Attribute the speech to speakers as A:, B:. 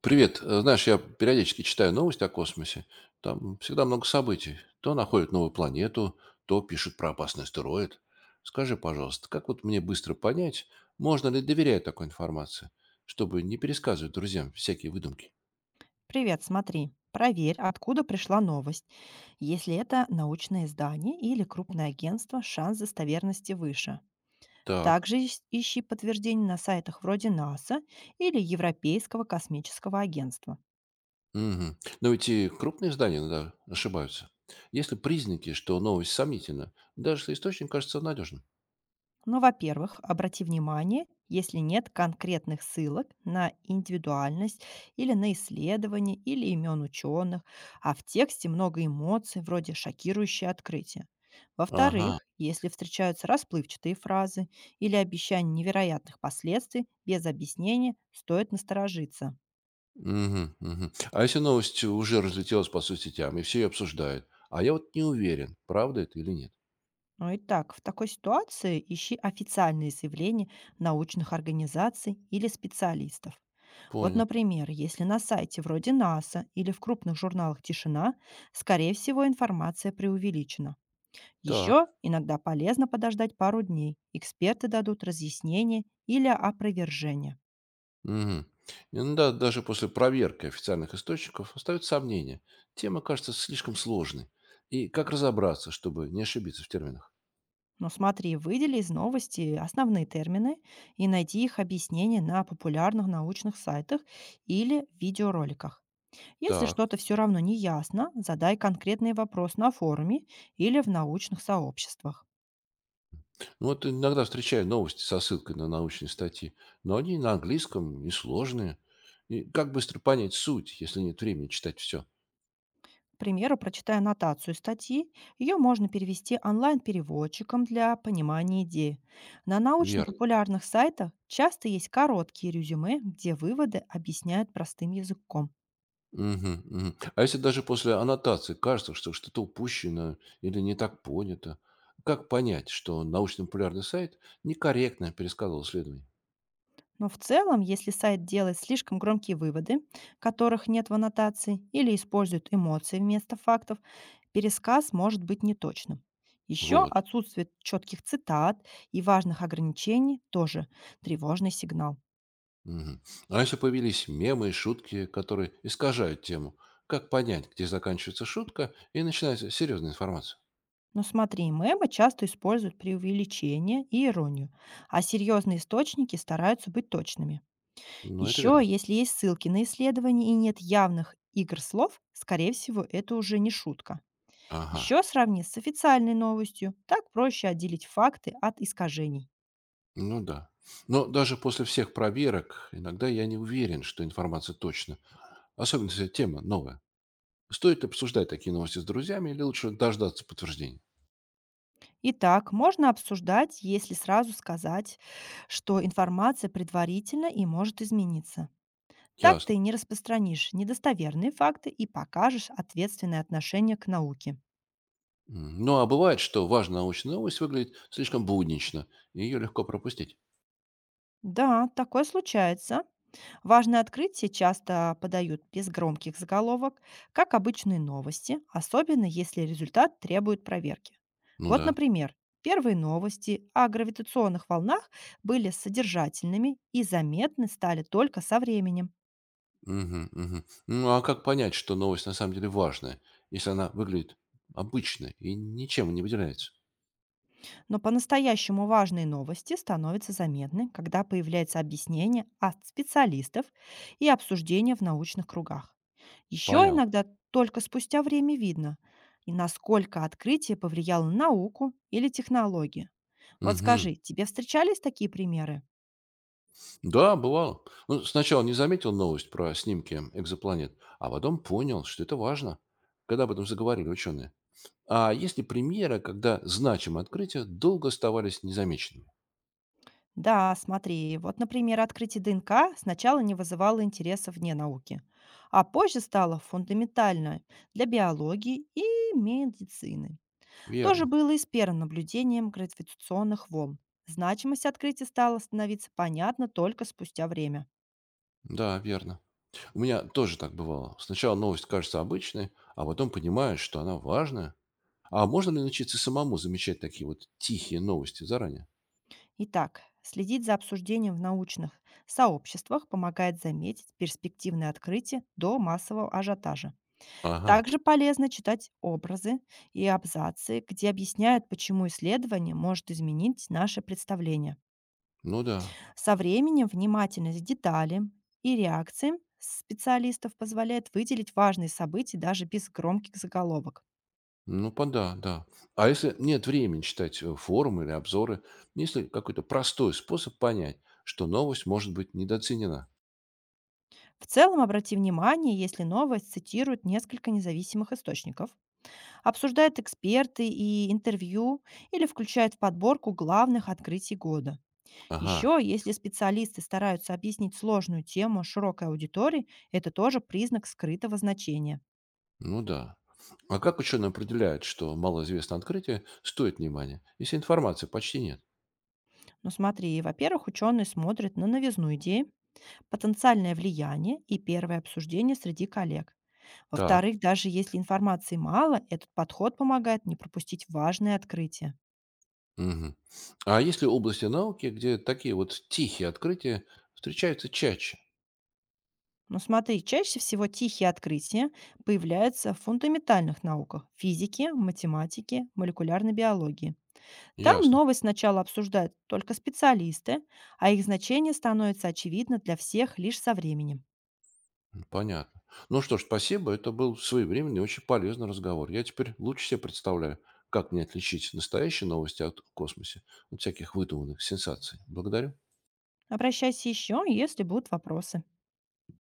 A: Привет. Знаешь, я периодически читаю новости о космосе. Там всегда много событий. То находят новую планету, то пишут про опасный астероид. Скажи, пожалуйста, как вот мне быстро понять, можно ли доверять такой информации, чтобы не пересказывать друзьям всякие выдумки?
B: Привет, смотри. Проверь, откуда пришла новость. Если это научное издание или крупное агентство, шанс достоверности выше.
A: Так.
B: Также ищи подтверждение на сайтах вроде НАСА или Европейского космического агентства.
A: Мгм. Но ведь и крупные издания иногда ошибаются. Есть ли признаки, что новость сомнительна, даже если источник кажется надежным?
B: Но, во-первых, обрати внимание, если нет конкретных ссылок на индивидуальность или на исследования или имен ученых, а в тексте много эмоций, вроде шокирующее открытие.
A: Ага.
B: Во-вторых, если встречаются расплывчатые фразы или обещания невероятных последствий без объяснения, стоит насторожиться.
A: Мгм, мгм. А если новость уже разлетелась по соцсетям, и все ее обсуждают, а я вот не уверен, правда это или нет.
B: Ну и так, в такой ситуации ищи официальные заявления научных организаций или специалистов. Вот,
A: Понял.
B: например, если на сайте вроде НАСА или в крупных журналах тишина, скорее всего, информация преувеличена. Еще
A: Так.
B: иногда полезно подождать пару дней. Эксперты дадут разъяснение или опровержение.
A: Мгм. Иногда даже после проверки официальных источников остаются сомнения. Тема кажется слишком сложной. И как разобраться, чтобы не ошибиться в терминах?
B: Но смотри, выдели из новости основные термины и найди их объяснение на популярных научных сайтах или видеороликах. Если
A: Так.
B: что-то все равно не ясно, задай конкретный вопрос на форуме или в научных сообществах.
A: Ну вот иногда встречаю новости со ссылкой на научные статьи, но они на английском и сложные. И как быстро понять суть, если нет времени читать все?
B: К примеру, прочитая аннотацию статьи, ее можно перевести онлайн-переводчиком для понимания идеи. На
A: Верно.
B: научно-популярных сайтах часто есть короткие резюме, где выводы объясняют простым языком.
A: Мгм, мгм. А если даже после аннотации кажется, что что-то упущено или не так понято, как понять, что научно-популярный сайт некорректно пересказывал исследование?
B: Но в целом, если сайт делает слишком громкие выводы, которых нет в аннотации, или использует эмоции вместо фактов, пересказ может быть неточным. Еще
A: Вот.
B: отсутствие четких цитат и важных ограничений тоже тревожный сигнал.
A: Мгм. А если появились мемы и шутки, которые искажают тему, как понять, где заканчивается шутка и начинается серьезная информация?
B: Но смотри, мемы часто используют преувеличение и иронию, а серьезные источники стараются быть точными.
A: Ну, это
B: Еще,
A: верно.
B: если есть ссылки на исследования и нет явных игр слов, скорее всего, это уже не шутка.
A: Ага.
B: Еще сравни с официальной новостью, так проще отделить факты от искажений.
A: Ну да. Но даже после всех проверок иногда я не уверен, что информация точна, особенно если тема новая. Стоит ли обсуждать такие новости с друзьями или лучше дождаться подтверждения?
B: Итак, можно обсуждать, если сразу сказать, что информация предварительна и может измениться. Так
A: Ясно.
B: ты не распространишь недостоверные факты и покажешь ответственное отношение к науке.
A: Ну, а бывает, что важная научная новость выглядит слишком буднично, и ее легко пропустить.
B: Да, такое случается. Важные открытия часто подают без громких заголовок, как обычные новости, особенно если результат требует проверки.
A: Ну
B: Вот,
A: да.
B: например, первые новости о гравитационных волнах были содержательными и заметны стали только со временем.
A: Мгм, мгм. Ну, а как понять, что новость на самом деле важная, если она выглядит обычно и ничем не выделяется?
B: Но по-настоящему важные новости становятся заметны, когда появляется объяснение от специалистов и обсуждение в научных кругах. Еще
A: Понял.
B: иногда только спустя время видно, и насколько открытие повлияло на науку или технологии. Вот
A: Мгм.
B: скажи, тебе встречались такие примеры?
A: Да, бывало. Ну, сначала не заметил новость про снимки экзопланет, а потом понял, что это важно, когда об этом заговорили ученые. А есть ли примеры, когда значимые открытия долго оставались незамеченными?
B: Да, смотри, вот, например, открытие ДНК сначала не вызывало интереса вне науки, а позже стало фундаментально для биологии и медицины. Тоже
A: Верно.
B: было и с первым наблюдением гравитационных волн. Значимость открытия стала становиться понятна только спустя время.
A: Да, верно. У меня тоже так бывало. Сначала новость кажется обычной, а потом понимаешь, что она важная. А можно ли научиться самому замечать такие вот тихие новости заранее?
B: Итак, следить за обсуждением в научных сообществах помогает заметить перспективные открытия до массового ажиотажа.
A: Ага.
B: Также полезно читать образы и абзацы, где объясняют, почему исследование может изменить наше представление.
A: Ну да.
B: Со временем внимательность к деталям и реакциям специалистов позволяет выделить важные события даже без громких заголовок.
A: Да, да. А если нет времени читать форумы или обзоры, есть ли какой-то простой способ понять, что новость может быть недооценена?
B: В целом обрати внимание, если новость цитирует несколько независимых источников, обсуждает эксперты и интервью или включает в подборку главных открытий года.
A: Ага.
B: Еще, если специалисты стараются объяснить сложную тему широкой аудитории, это тоже признак скрытого значения.
A: Ну да. А как ученые определяют, что малоизвестное открытие стоит внимания, если информации почти нет?
B: Но смотри, во-первых, ученые смотрят на новизну идеи, потенциальное влияние и первое обсуждение среди коллег.
A: Так.
B: Во-вторых, даже если информации мало, этот подход помогает не пропустить важные открытия.
A: Мгм. А есть ли области науки, где такие вот тихие открытия встречаются чаще?
B: Но смотри, чаще всего тихие открытия появляются в фундаментальных науках– физике, математике, молекулярной биологии. Там
A: Ясно.
B: новость сначала обсуждают только специалисты, а их значение становится очевидно для всех лишь со временем.
A: Понятно. Ну что ж, спасибо. Это был своевременный, и очень полезный разговор. Я теперь лучше себе представляю, как мне отличить настоящие новости от космосе от всяких выдуманных сенсаций. Благодарю.
B: Обращайся еще, если будут вопросы.